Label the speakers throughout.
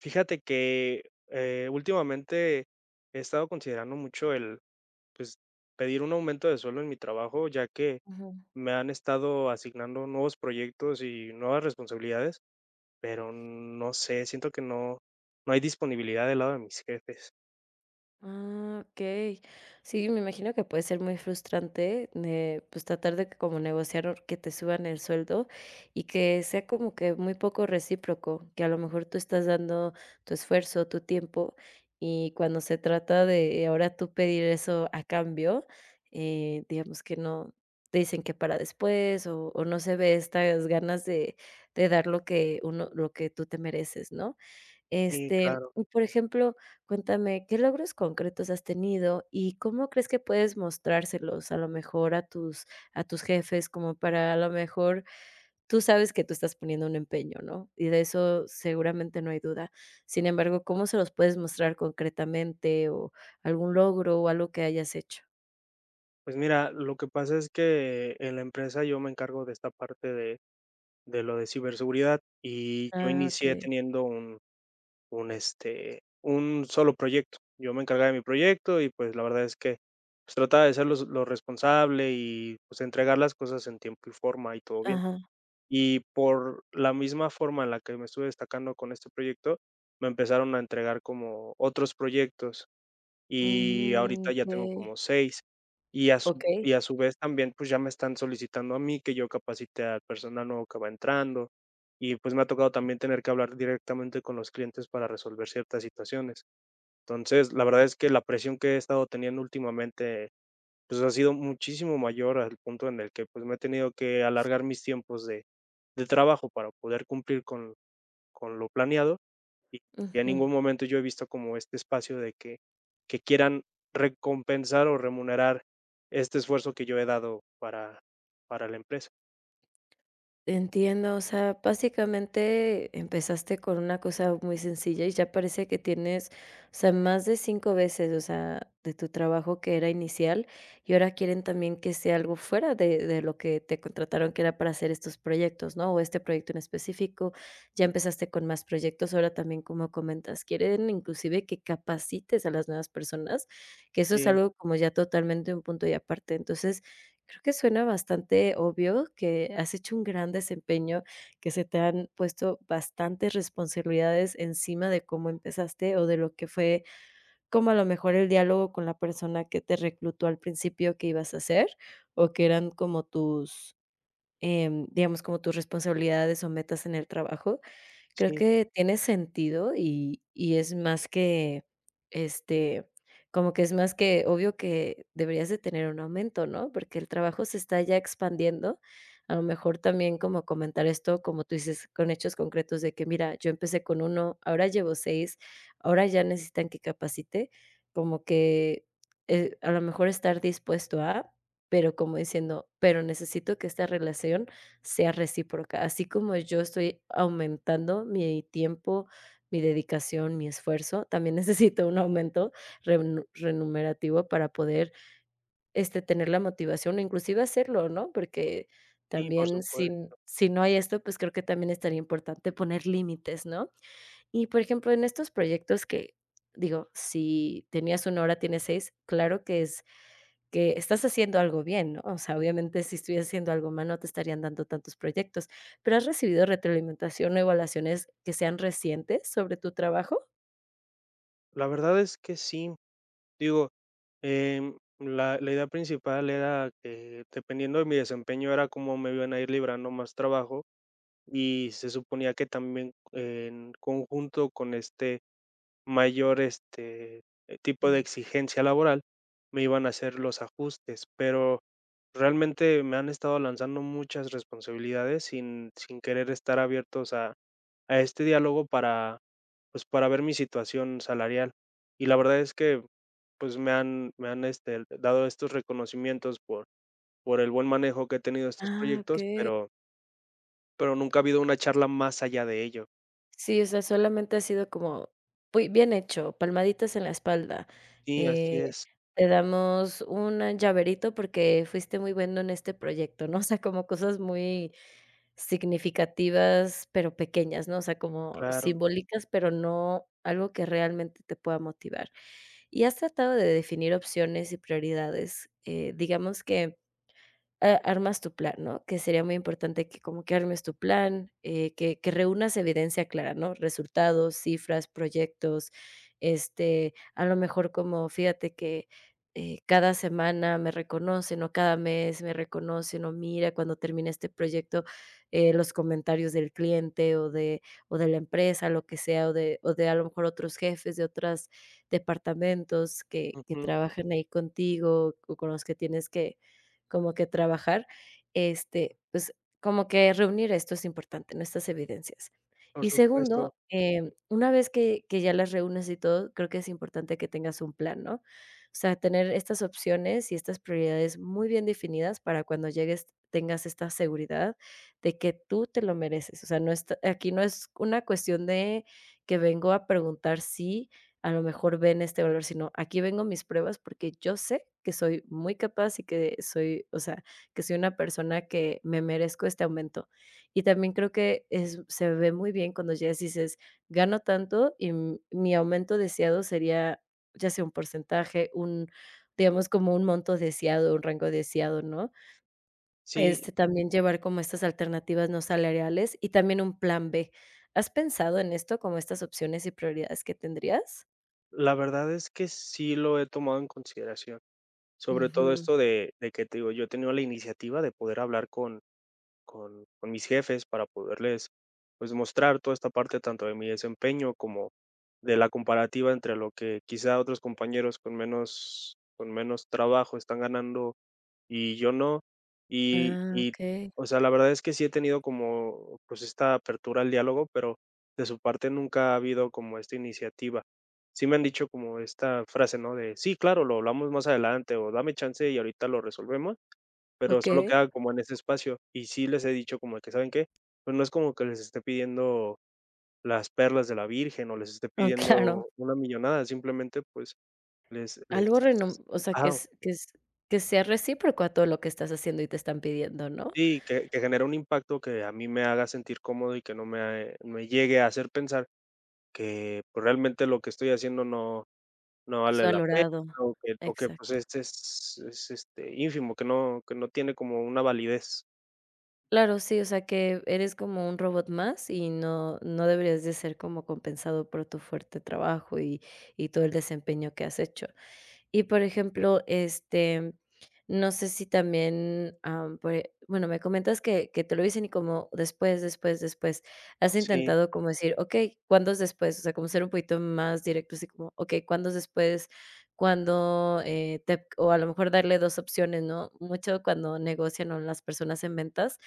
Speaker 1: Fíjate que, últimamente he estado considerando mucho el, pues, pedir un aumento de sueldo en mi trabajo, ya que
Speaker 2: Ajá.
Speaker 1: me han estado asignando nuevos proyectos y nuevas responsabilidades, pero no sé, siento que no hay disponibilidad del lado de mis jefes.
Speaker 2: Ah, okey. Sí, me imagino que puede ser muy frustrante, pues, tratar de como negociar or que te suban el sueldo y que sea como que muy poco recíproco, que a lo mejor tú estás dando tu esfuerzo, tu tiempo, y cuando se trata de ahora tú pedir eso a cambio, digamos que no te dicen que para después o no se ve estas ganas de dar lo que uno lo que tú te mereces, ¿no?
Speaker 1: Sí,
Speaker 2: Este,
Speaker 1: claro.
Speaker 2: y por ejemplo, cuéntame, ¿qué logros concretos has tenido y cómo crees que puedes mostrárselos a lo mejor a tus jefes? Como para a lo mejor tú sabes que tú estás poniendo un empeño, ¿no? Y de eso seguramente no hay duda. Sin embargo, ¿cómo se los puedes mostrar concretamente o algún logro o algo que hayas hecho?
Speaker 1: Pues mira, lo que pasa es que en la empresa yo me encargo de esta parte de lo de ciberseguridad, y yo
Speaker 2: Ah,
Speaker 1: inicié
Speaker 2: okey.
Speaker 1: teniendo un un solo proyecto. Yo me encargaba de mi proyecto y pues la verdad es que pues, trataba de ser responsable y pues entregar las cosas en tiempo y forma y todo bien.
Speaker 2: Ajá.
Speaker 1: Y por la misma forma en la que me estuve destacando con este proyecto, me empezaron a entregar como otros proyectos y
Speaker 2: Mm,
Speaker 1: ahorita ya tengo
Speaker 2: okey.
Speaker 1: como seis. Y a su
Speaker 2: Okey.
Speaker 1: y a su vez también, pues, ya me están solicitando a mí que yo capacite al personal nuevo que va entrando, y, pues, me ha tocado también tener que hablar directamente con los clientes para resolver ciertas situaciones. Entonces, la verdad es que la presión que he estado teniendo últimamente, pues, ha sido muchísimo mayor al punto en el que, pues, me he tenido que alargar mis tiempos de trabajo para poder cumplir con lo planeado y y en
Speaker 2: Ujú.
Speaker 1: ningún momento yo he visto como este espacio de que quieran recompensar o remunerar este esfuerzo que yo he dado para la empresa.
Speaker 2: Entiendo, o sea, básicamente empezaste con una cosa muy sencilla y ya parece que tienes, o sea, más de 5 veces, o sea, de tu trabajo que era inicial y ahora quieren también que sea algo fuera de lo que te contrataron, que era para hacer estos proyectos, ¿no? O este proyecto en específico. Ya empezaste con más proyectos, ahora también, como comentas, quieren inclusive que capacites a las nuevas personas, que eso es
Speaker 1: Sí,
Speaker 2: algo como ya totalmente un punto y aparte. Entonces, creo que suena bastante obvio que has hecho un gran desempeño, que se te han puesto bastantes responsabilidades encima de cómo empezaste o de lo que fue, como a lo mejor el diálogo con la persona que te reclutó al principio que ibas a hacer o que eran como tus, digamos, como tus responsabilidades o metas en el trabajo. Creo
Speaker 1: sí,
Speaker 2: que tiene sentido y es más que, este, como que es más que obvio que deberías de tener un aumento, ¿no? Porque el trabajo se está ya expandiendo. A lo mejor también como comentar esto, como tú dices, con hechos concretos de que: "Mira, yo empecé con uno ahora llevo 6 ahora ya necesitan que capacite", como que, a lo mejor estar dispuesto a, pero como diciendo: "Pero necesito que esta relación sea recíproca, así como yo estoy aumentando mi tiempo, mi dedicación, mi esfuerzo, también necesito un aumento renu remunerativo para poder, este, tener la motivación, o inclusive hacerlo, ¿no? Porque
Speaker 1: sí, por
Speaker 2: también si
Speaker 1: supuesto.
Speaker 2: si no hay esto, pues, creo que también estaría importante poner límites, ¿no? Y, por ejemplo, en estos proyectos que, digo, si tenías una hora, tienes 6 claro que es que estás haciendo algo bien, ¿no? O sea, obviamente, si estuvieras haciendo algo mal, no te estarían dando tantos proyectos, pero, ¿has recibido retroalimentación o evaluaciones que sean recientes sobre tu trabajo?
Speaker 1: La verdad es que sí. Digo, la idea principal era que, dependiendo de mi desempeño, era cómo me iban a ir librando más trabajo, y se suponía que también en conjunto con este mayor, tipo de
Speaker 2: Mm.
Speaker 1: exigencia laboral, me iban a hacer los ajustes, pero realmente me han estado lanzando muchas responsabilidades sin querer estar abiertos a este diálogo para, pues, para ver mi situación salarial. Y la verdad es que, pues, dado estos reconocimientos por el buen manejo que he tenido de estos
Speaker 2: Ah,
Speaker 1: proyectos,
Speaker 2: okey.
Speaker 1: pero nunca ha habido una charla más allá de ello.
Speaker 2: Sí, o sea, solamente ha sido como, uy, bien hecho, palmaditas en la espalda,
Speaker 1: Sí, así
Speaker 2: eh,
Speaker 1: es,
Speaker 2: te damos un llaverito porque fuiste muy bueno en este proyecto, ¿no? O sea, como cosas muy significativas, pero pequeñas, ¿no? O sea, como
Speaker 1: claro.
Speaker 2: simbólicas, pero no algo que realmente te pueda motivar. ¿Y has tratado de definir opciones y prioridades? Digamos que a armas tu plan, ¿no? Que sería muy importante que como que armes tu plan, que reúnas evidencia clara, ¿no? Resultados, cifras, proyectos, este, a lo mejor como fíjate que, cada semana me reconocen o cada mes me reconocen o mira cuando termine este proyecto, los comentarios del cliente o de la empresa, lo que sea, o de a lo mejor otros jefes de otros departamentos que
Speaker 1: Ujú,
Speaker 2: trabajan ahí contigo o con los que tienes que como que trabajar, este, pues, como que reunir esto es importante, ¿no? Estas evidencias.
Speaker 1: por
Speaker 2: Y
Speaker 1: supuesto.
Speaker 2: segundo, una vez que ya las reúnes y todo, creo que es importante que tengas un plan, ¿no? O sea, tener estas opciones y estas prioridades muy bien definidas para cuando llegues tengas esta seguridad de que tú te lo mereces. O sea, no está aquí no es una cuestión de que vengo a preguntar si a lo mejor ven este valor, sino aquí vengo mis pruebas porque yo sé que soy muy capaz y que soy, o sea, que soy una persona que me merezco este aumento. Y también creo que es, se ve muy bien cuando ya dices, gano tanto y mi aumento deseado sería ya sea un porcentaje, un, digamos, como un monto deseado, un rango deseado, ¿no? Este,
Speaker 1: Sí.
Speaker 2: también llevar como estas alternativas no salariales y también un plan B. ¿Has pensado en esto como estas opciones y prioridades que tendrías?
Speaker 1: La verdad es que sí lo he tomado en consideración, sobre todo
Speaker 2: Ujú.
Speaker 1: esto de que te digo, yo he tenido la iniciativa de poder hablar con mis jefes para poderles, pues, mostrar toda esta parte tanto de mi desempeño como de la comparativa entre lo que quizá otros compañeros con menos trabajo están ganando y yo no. Y
Speaker 2: Ah,
Speaker 1: y,
Speaker 2: okey,
Speaker 1: o sea, la verdad es que sí he tenido como, pues, esta apertura al diálogo, pero de su parte nunca ha habido como esta iniciativa. Sí me han dicho como esta frase, ¿no? De: "Sí, claro, lo hablamos más adelante", o "Dame chance y ahorita lo resolvemos", pero solo
Speaker 2: okey.
Speaker 1: queda como en ese espacio. Y sí les he dicho como que: "¿Saben qué? Pues, no es como que les esté pidiendo las perlas de la Virgen, o les esté
Speaker 2: Oh, claro.
Speaker 1: pidiendo una millonada, simplemente, pues, les".
Speaker 2: Algo renom o sea, que
Speaker 1: Ajá.
Speaker 2: es que es que sea recíproco a todo lo que estás haciendo y te están pidiendo, ¿no?
Speaker 1: Sí, que genere un impacto que a mí me haga sentir cómodo y que no me llegue a hacer pensar que, pues, realmente lo que estoy haciendo no
Speaker 2: Es
Speaker 1: vale la pena
Speaker 2: valorado.
Speaker 1: o que, pues,
Speaker 2: Exacto.
Speaker 1: este es ínfimo, que no tiene como una validez.
Speaker 2: Claro, sí, o sea, que eres como un robot más y no deberías de ser como compensado por tu fuerte trabajo y todo el desempeño que has hecho. Y, por ejemplo, este, no sé si también, pue bueno, me comentas que te lo dicen y como después, después, después. ¿Has
Speaker 1: Sí,
Speaker 2: intentado como decir: "Okey, cuándo es después?", o sea, como ser un poquito más directo, así como: "Okey, ¿cuándo es después?" cuando, te o a lo mejor darle 2 opciones, ¿no? Mucho cuando negocian, o las personas en ventas,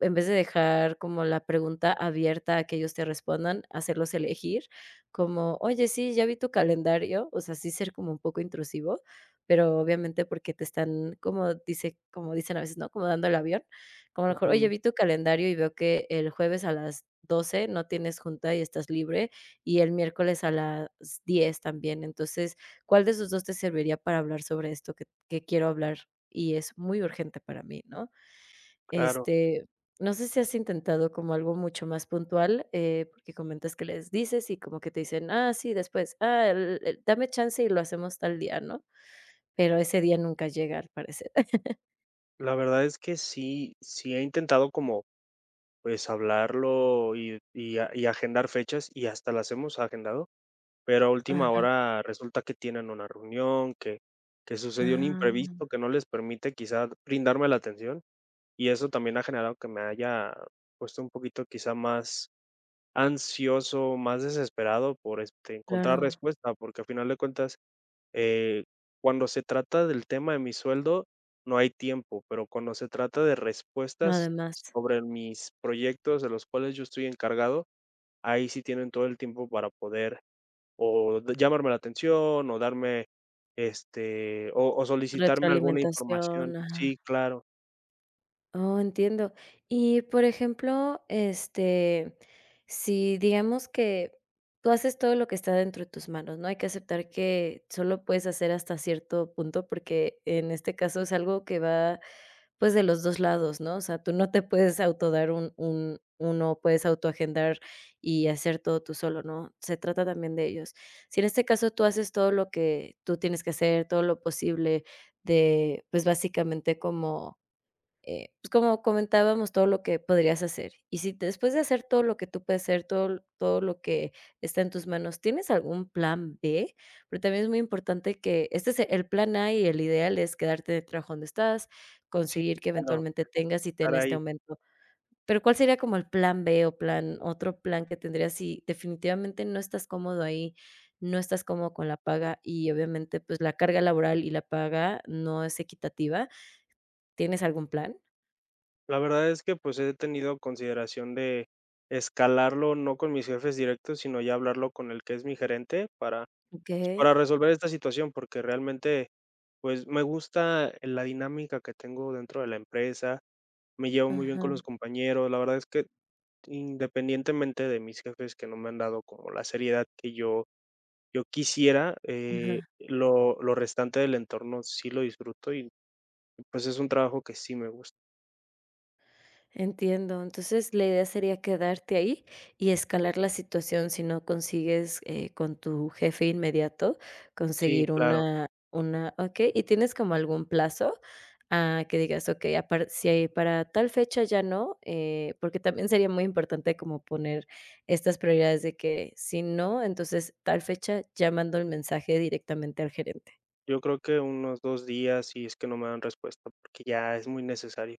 Speaker 2: en vez de dejar como la pregunta abierta a que ellos te respondan, hacerlos elegir, como: "Oye, sí, ya vi tu calendario", o sea, sí ser como un poco intrusivo, pero obviamente porque te están, como dice como dicen a veces, ¿no? Como dando el avión, como a lo mejor: "Oye,
Speaker 1: ujú,
Speaker 2: vi tu calendario y veo que el jueves a las 12 no tienes junta y estás libre, y el miércoles a las 10 también". Entonces, ¿cuál de esos 2 te serviría para hablar sobre esto que quiero hablar y es muy urgente para mí?", ¿no?
Speaker 1: claro.
Speaker 2: Este, no sé si has intentado como algo mucho más puntual, porque comentas que les dices y como que te dicen: "Ah, sí, después, ah, el dame chance y lo hacemos tal día", ¿no? Pero ese día nunca llega, al parecer.
Speaker 1: La verdad es que sí, sí he intentado como, pues, hablarlo y agendar fechas, y hasta las hemos agendado. Pero a última
Speaker 2: Ajá.
Speaker 1: hora resulta que tienen una reunión, que sucedió un
Speaker 2: Ah,
Speaker 1: imprevisto que no les permite quizá brindarme la atención, y eso también ha generado que me haya puesto un poquito quizá más ansioso, más desesperado por, encontrar
Speaker 2: claro.
Speaker 1: respuesta, porque al final de cuentas, eh, cuando se trata del tema de mi sueldo, no hay tiempo, pero cuando se trata de
Speaker 2: No,
Speaker 1: respuestas
Speaker 2: además,
Speaker 1: sobre mis proyectos de los cuales yo estoy encargado, ahí sí tienen todo el tiempo para poder o d llamarme la atención, o darme, o solicitarme alguna información.
Speaker 2: retroalimentación, ajá.
Speaker 1: Sí, claro.
Speaker 2: Oh, entiendo. Y, por ejemplo, este, si digamos que tú haces todo lo que está dentro de tus manos, ¿no? Hay que aceptar que solo puedes hacer hasta cierto punto, porque en este caso es algo que va, pues, de los 2 lados, ¿no? O sea, tú no te puedes autodar un uno puedes autoagendar y hacer todo tú solo, ¿no? Se trata también de ellos. Si en este caso tú haces todo lo que tú tienes que hacer, todo lo posible de, pues, básicamente como pues, como comentábamos, todo lo que podrías hacer. Y si te- después de hacer todo lo que tú puedes hacer, todo l- todo lo que está en tus manos, ¿tienes algún plan B? Pero también es muy importante que este es el plan A y el ideal es quedarte en el trabajo donde estás,
Speaker 1: Sí,
Speaker 2: conseguir que
Speaker 1: claro,
Speaker 2: eventualmente tengas y te den
Speaker 1: estar
Speaker 2: este
Speaker 1: ahí.
Speaker 2: aumento. Pero, ¿cuál sería como el plan B o plan otro plan que tendrías si definitivamente no estás cómodo ahí, no estás cómodo con la paga y obviamente, pues, la carga laboral y la paga no es equitativa? ¿Tienes algún plan?
Speaker 1: La verdad es que, pues, he tenido consideración de escalarlo, no con mis jefes directos, sino ya hablarlo con el que es mi gerente para, pues,
Speaker 2: Okey.
Speaker 1: para resolver esta situación, porque realmente, pues, me gusta la dinámica que tengo dentro de la empresa, me llevo muy bien
Speaker 2: Ajá,
Speaker 1: con los compañeros. La verdad es que independientemente de mis jefes que no me han dado como la seriedad que yo quisiera,
Speaker 2: ajá.
Speaker 1: lo restante del entorno sí lo disfruto y, pues, es un trabajo que sí me gusta.
Speaker 2: Entiendo. Entonces, la idea sería quedarte ahí y escalar la situación si no consigues, con tu jefe inmediato,
Speaker 1: Sí,
Speaker 2: conseguir
Speaker 1: claro.
Speaker 2: una okey, ¿y tienes como algún plazo? A que digas, okey, a par si hay para tal fecha ya no, porque también sería muy importante como poner estas prioridades de que si no, entonces tal fecha ya mando el mensaje directamente al gerente.
Speaker 1: Yo creo que unos 2 días, y es que no me dan respuesta, porque ya es muy necesario.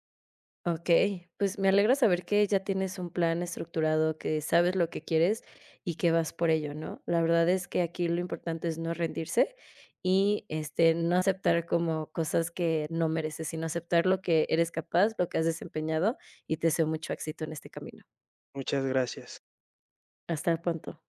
Speaker 2: Okey, pues me alegra saber que ya tienes un plan estructurado, que sabes lo que quieres y que vas por ello, ¿no? La verdad es que aquí lo importante es no rendirse y, este, no aceptar como cosas que no mereces, sino aceptar lo que eres capaz, lo que has desempeñado, y te deseo mucho éxito en este camino.
Speaker 1: Muchas gracias.
Speaker 2: Hasta pronto.